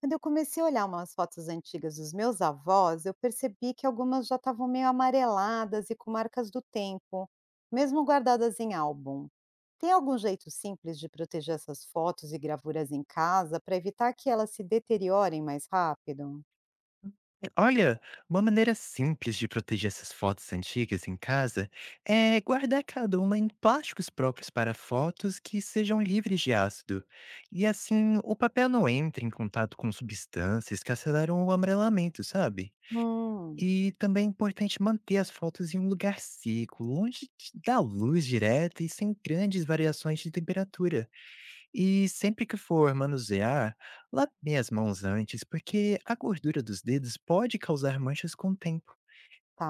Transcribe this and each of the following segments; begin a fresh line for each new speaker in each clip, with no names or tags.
Quando eu comecei a olhar umas fotos antigas dos meus avós, eu percebi que algumas já estavam meio amareladas e com marcas do tempo, mesmo guardadas em álbum. Tem algum jeito simples de proteger essas fotos e gravuras em casa para evitar que elas se deteriorem mais rápido?
É, olha, uma maneira simples de proteger essas fotos antigas em casa é guardar cada uma em plásticos próprios para fotos que sejam livres de ácido. E assim, o papel não entra em contato com substâncias que aceleram o amarelamento, sabe?
Hum.
E também é importante manter as fotos em um lugar seco, da luz direta e sem grandes variações de temperatura. E sempre que for manusear, lave as mãos antes, porque a gordura dos dedos pode causar manchas com o tempo.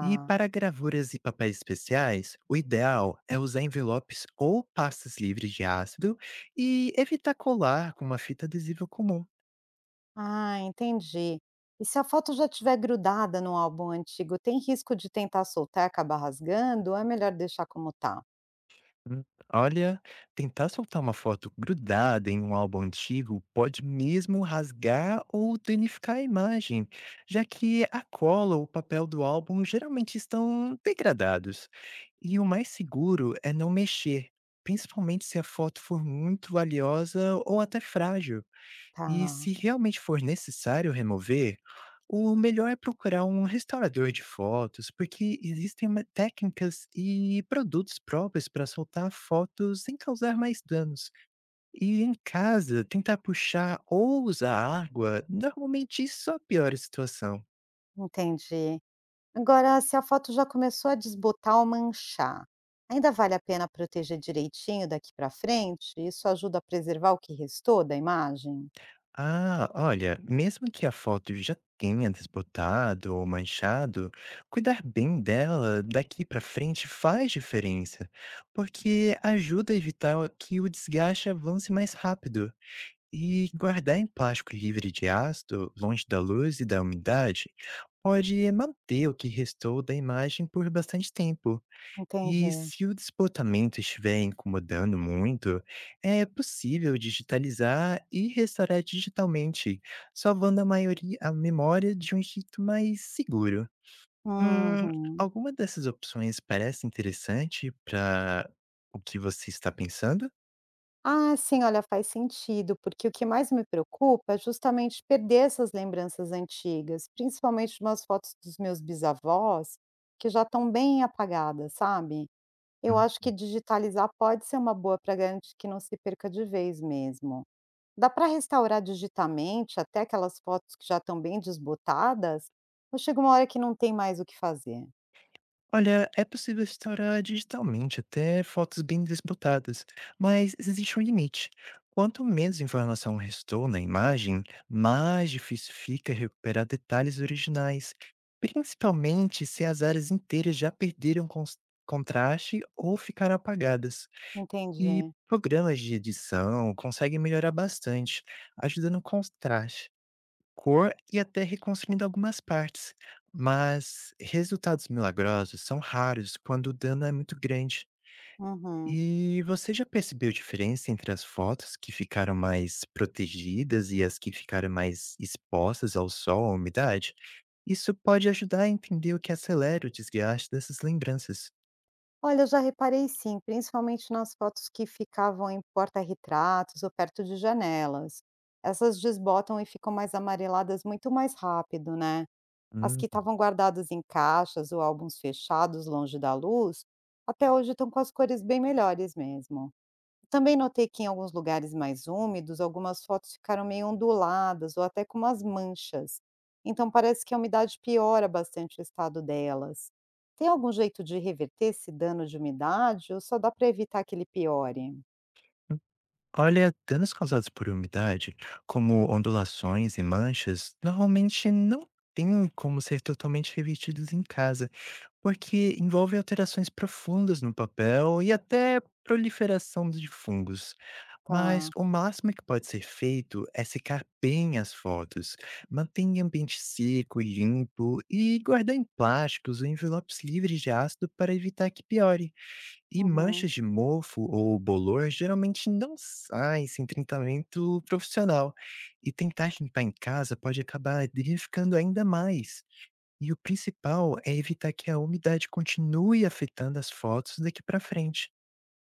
E para gravuras e papéis especiais, o ideal é usar envelopes ou pastas livres de ácido e evitar colar com uma fita adesiva comum.
Ah, entendi. E se a foto já estiver grudada no álbum antigo, tem risco de tentar soltar e acabar rasgando? Ou é melhor deixar como tá?
Hum, olha, tentar soltar uma foto grudada em um álbum antigo pode mesmo rasgar ou danificar a imagem, já que a cola ou o papel do álbum geralmente estão degradados. E o mais seguro é não mexer, principalmente se a foto for muito valiosa ou até frágil. E
Tá,
se realmente for necessário remover, o melhor é procurar um restaurador de fotos, porque existem técnicas e produtos próprios para soltar fotos sem causar mais danos. E em casa, tentar puxar ou usar água normalmente só piora a situação.
entendi. Agora, se a foto já começou a desbotar ou manchar, ainda vale a pena proteger direitinho daqui para frente? Isso ajuda a preservar o que restou da imagem?
Ah, olha, mesmo que a foto já tenha desbotado ou manchado, cuidar bem dela daqui para frente faz diferença, porque ajuda a evitar que o desgaste avance mais rápido. E guardar em plástico livre de ácido, longe da luz e da umidade, pode manter o que restou da imagem por bastante tempo. E
Entendi.
se o desbotamento estiver incomodando muito, é possível digitalizar e restaurar digitalmente, salvando a maioria, a memória de um jeito mais seguro. Hum,
Uhum.
alguma dessas opções parece interessante para o que você está pensando?
Ah, sim, olha, faz sentido, porque o que mais me preocupa é justamente perder essas lembranças antigas, principalmente umas fotos dos meus bisavós, que já estão bem apagadas, sabe? Eu acho que digitalizar pode ser uma boa para garantir que não se perca de vez mesmo. Dá para restaurar digitamente até aquelas fotos que já estão bem desbotadas? Ou chega uma hora que não tem mais o que fazer?
Olha, é possível restaurar digitalmente até fotos bem disputadas, mas existe um limite. Quanto menos informação restou na imagem, mais difícil fica recuperar detalhes originais, principalmente se as áreas inteiras já perderam contraste ou ficaram apagadas. E
Entendi.
programas de edição conseguem melhorar bastante, ajudando o contraste cor e até reconstruindo algumas partes, mas resultados milagrosos são raros quando o dano é muito grande.
Uhum.
E você já percebeu diferença entre as fotos que ficaram mais protegidas e as que ficaram mais expostas ao sol, à umidade? Isso pode ajudar a entender o que acelera o desgaste dessas lembranças.
Olha, eu já reparei sim, principalmente nas fotos que ficavam em porta-retratos ou perto de janelas. Essas desbotam e ficam mais amareladas muito mais rápido, né? As
Hum.
que estavam guardadas em caixas ou álbuns fechados longe da luz, até hoje estão com as cores bem melhores mesmo. Também notei que em alguns lugares mais úmidos, algumas fotos ficaram meio onduladas ou até com umas manchas. Então parece que a umidade piora bastante o estado delas. Tem algum jeito de reverter esse dano de umidade ou só dá para evitar que ele piore?
Olha, danos causados por umidade, como ondulações e manchas, normalmente não têm como ser totalmente revertidos em casa, porque envolve alterações profundas no papel e até proliferação de fungos. Mas
Tá.
o máximo que pode ser feito é secar bem as fotos, mantenha o ambiente seco e limpo e guardar em plásticos ou envelopes livres de ácido para evitar que piore. E
Uhum.
manchas de mofo ou bolor geralmente não saem sem tratamento profissional, e tentar limpar em casa pode acabar danificando ainda mais. E o principal é evitar que a umidade continue afetando as fotos daqui para frente.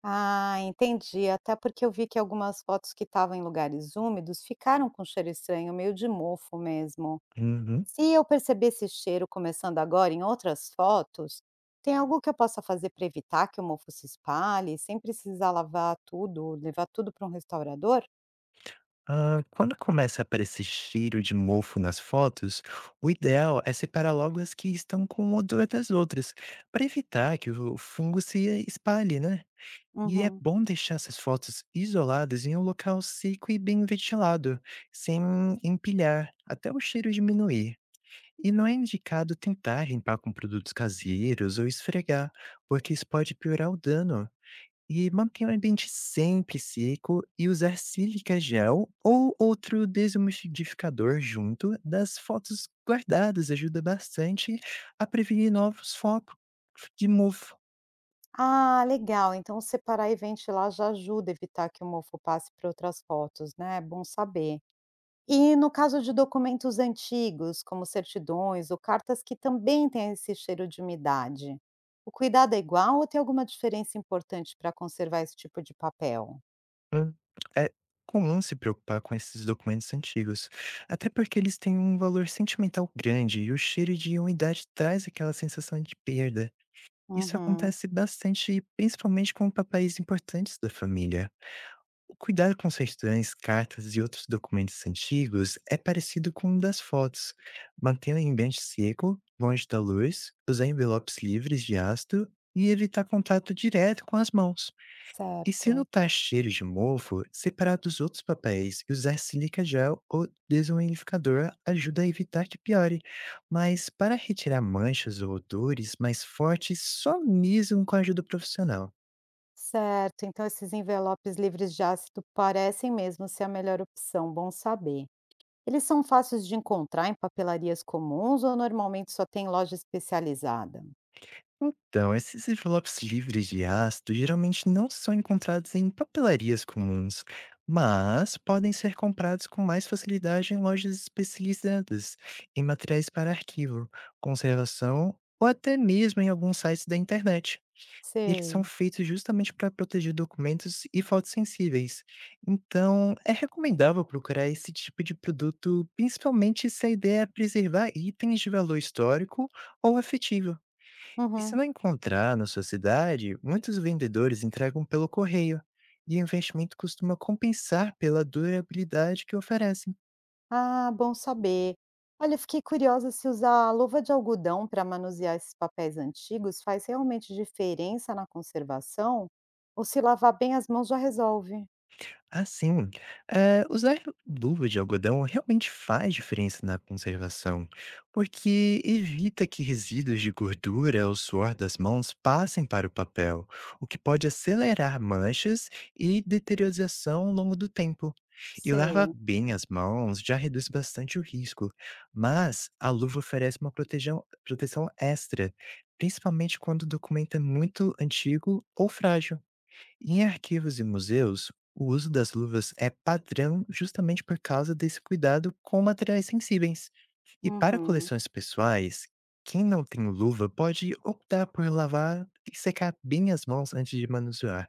Ah, entendi. Até porque eu vi que algumas fotos que estavam em lugares úmidos ficaram com cheiro estranho, meio de mofo mesmo.
Uhum.
Se eu perceber esse cheiro começando agora em outras fotos, tem algo que eu possa fazer para evitar que o mofo se espalhe, sem precisar lavar tudo, levar tudo para um restaurador?
Ah, quando começa a aparecer cheiro de mofo nas fotos, o ideal é separar logo as que estão com odor das outras, para evitar que o fungo se espalhe, né? E é
Uhum.
bom deixar essas fotos isoladas em um local seco e bem ventilado, sem empilhar, até o cheiro diminuir. E não é indicado tentar limpar com produtos caseiros ou esfregar, porque isso pode piorar o dano. E manter o ambiente sempre seco e usar sílica gel ou outro desumidificador junto das fotos guardadas ajuda bastante a prevenir novos focos de mofo.
Ah, legal. Então separar e ventilar já ajuda a evitar que o mofo passe para outras fotos, né? É bom saber. E no caso de documentos antigos, como certidões ou cartas que também têm esse cheiro de umidade, o cuidado é igual ou tem alguma diferença importante para conservar esse tipo de papel?
Hum, É comum se preocupar com esses documentos antigos, até porque eles têm um valor sentimental grande e o cheiro de umidade traz aquela sensação de perda. Isso
Uhum.
acontece bastante, principalmente com papéis importantes da família. O cuidado com certidões, cartas e outros documentos antigos é parecido com o das fotos. Mantê-la em ambiente seco, longe da luz, usar envelopes livres de ácido e evitar contato direto com as mãos. E se
Certo,
notar cheiros de mofo, separar dos outros papéis e usar silica gel ou desumidificador ajuda a evitar que piore. Mas para retirar manchas ou odores mais fortes, só mesmo com a ajuda profissional.
certo. Então esses envelopes livres de ácido parecem mesmo ser a melhor opção, bom saber. Eles são fáceis de encontrar em papelarias comuns ou normalmente só tem loja especializada?
Então, esses envelopes livres de ácido geralmente não são encontrados em papelarias comuns, mas podem ser comprados com mais facilidade em lojas especializadas em materiais para arquivo, conservação ou até mesmo em alguns sites da internet. E eles são
Sei.
feitos justamente para proteger documentos e fotos sensíveis. Então, é recomendável procurar esse tipo de produto, principalmente se a ideia é preservar itens de valor histórico ou afetivo. E se
Uhum.
não encontrar na sua cidade, muitos vendedores entregam pelo correio, e o investimento costuma compensar pela durabilidade que oferece.
Ah, bom saber. Olha, eu fiquei curiosa se usar a luva de algodão para manusear esses papéis antigos faz realmente diferença na conservação ou se lavar bem as mãos já resolve.
Ah, sim. Usar luva de algodão realmente faz diferença na conservação, porque evita que resíduos de gordura ou suor das mãos passem para o papel, o que pode acelerar manchas e deterioração ao longo do tempo. E lavar
Sei.
bem as mãos já reduz bastante o risco, mas a luva oferece uma proteção extra, principalmente quando o documento é muito antigo ou frágil. Em arquivos e museus, o uso das luvas é padrão justamente por causa desse cuidado com materiais sensíveis. E para
Uhum.
coleções pessoais, quem não tem luva pode optar por lavar e secar bem as mãos antes de manusear.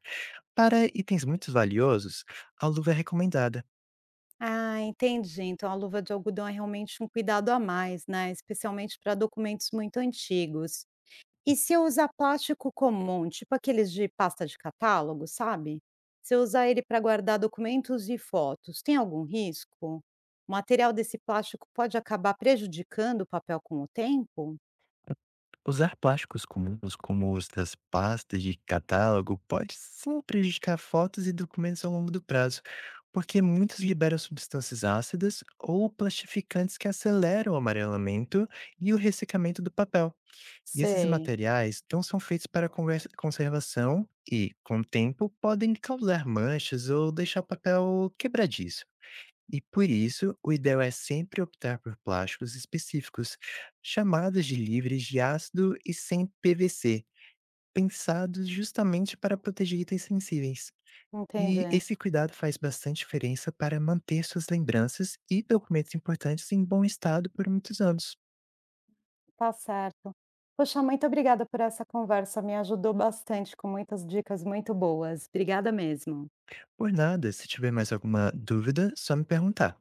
Para itens muito valiosos, a luva é recomendada.
Ah, entendi. Então a luva de algodão é realmente um cuidado a mais, né? Especialmente para documentos muito antigos. E se eu usar plástico comum, tipo aqueles de pasta de catálogo, sabe? Se eu usar ele para guardar documentos e fotos, tem algum risco? O material desse plástico pode acabar prejudicando o papel com o tempo?
Usar plásticos comuns, como os das pastas de catálogo, pode sim prejudicar fotos e documentos ao longo do prazo, porque muitos liberam substâncias ácidas ou plastificantes que aceleram o amarelamento e o ressecamento do papel. E esses
Sei,
materiais não são feitos para conservação e, com o tempo, podem causar manchas ou deixar o papel quebradiço. E por isso, o ideal é sempre optar por plásticos específicos, chamados de livres de ácido e sem PVC, pensados justamente para proteger itens sensíveis. E
entendi.
esse cuidado faz bastante diferença para manter suas lembranças e documentos importantes em bom estado por muitos anos.
Tá certo. Poxa, muito obrigada por essa conversa. Me ajudou bastante com muitas dicas muito boas. Obrigada mesmo.
Por nada, se tiver mais alguma dúvida, só me perguntar.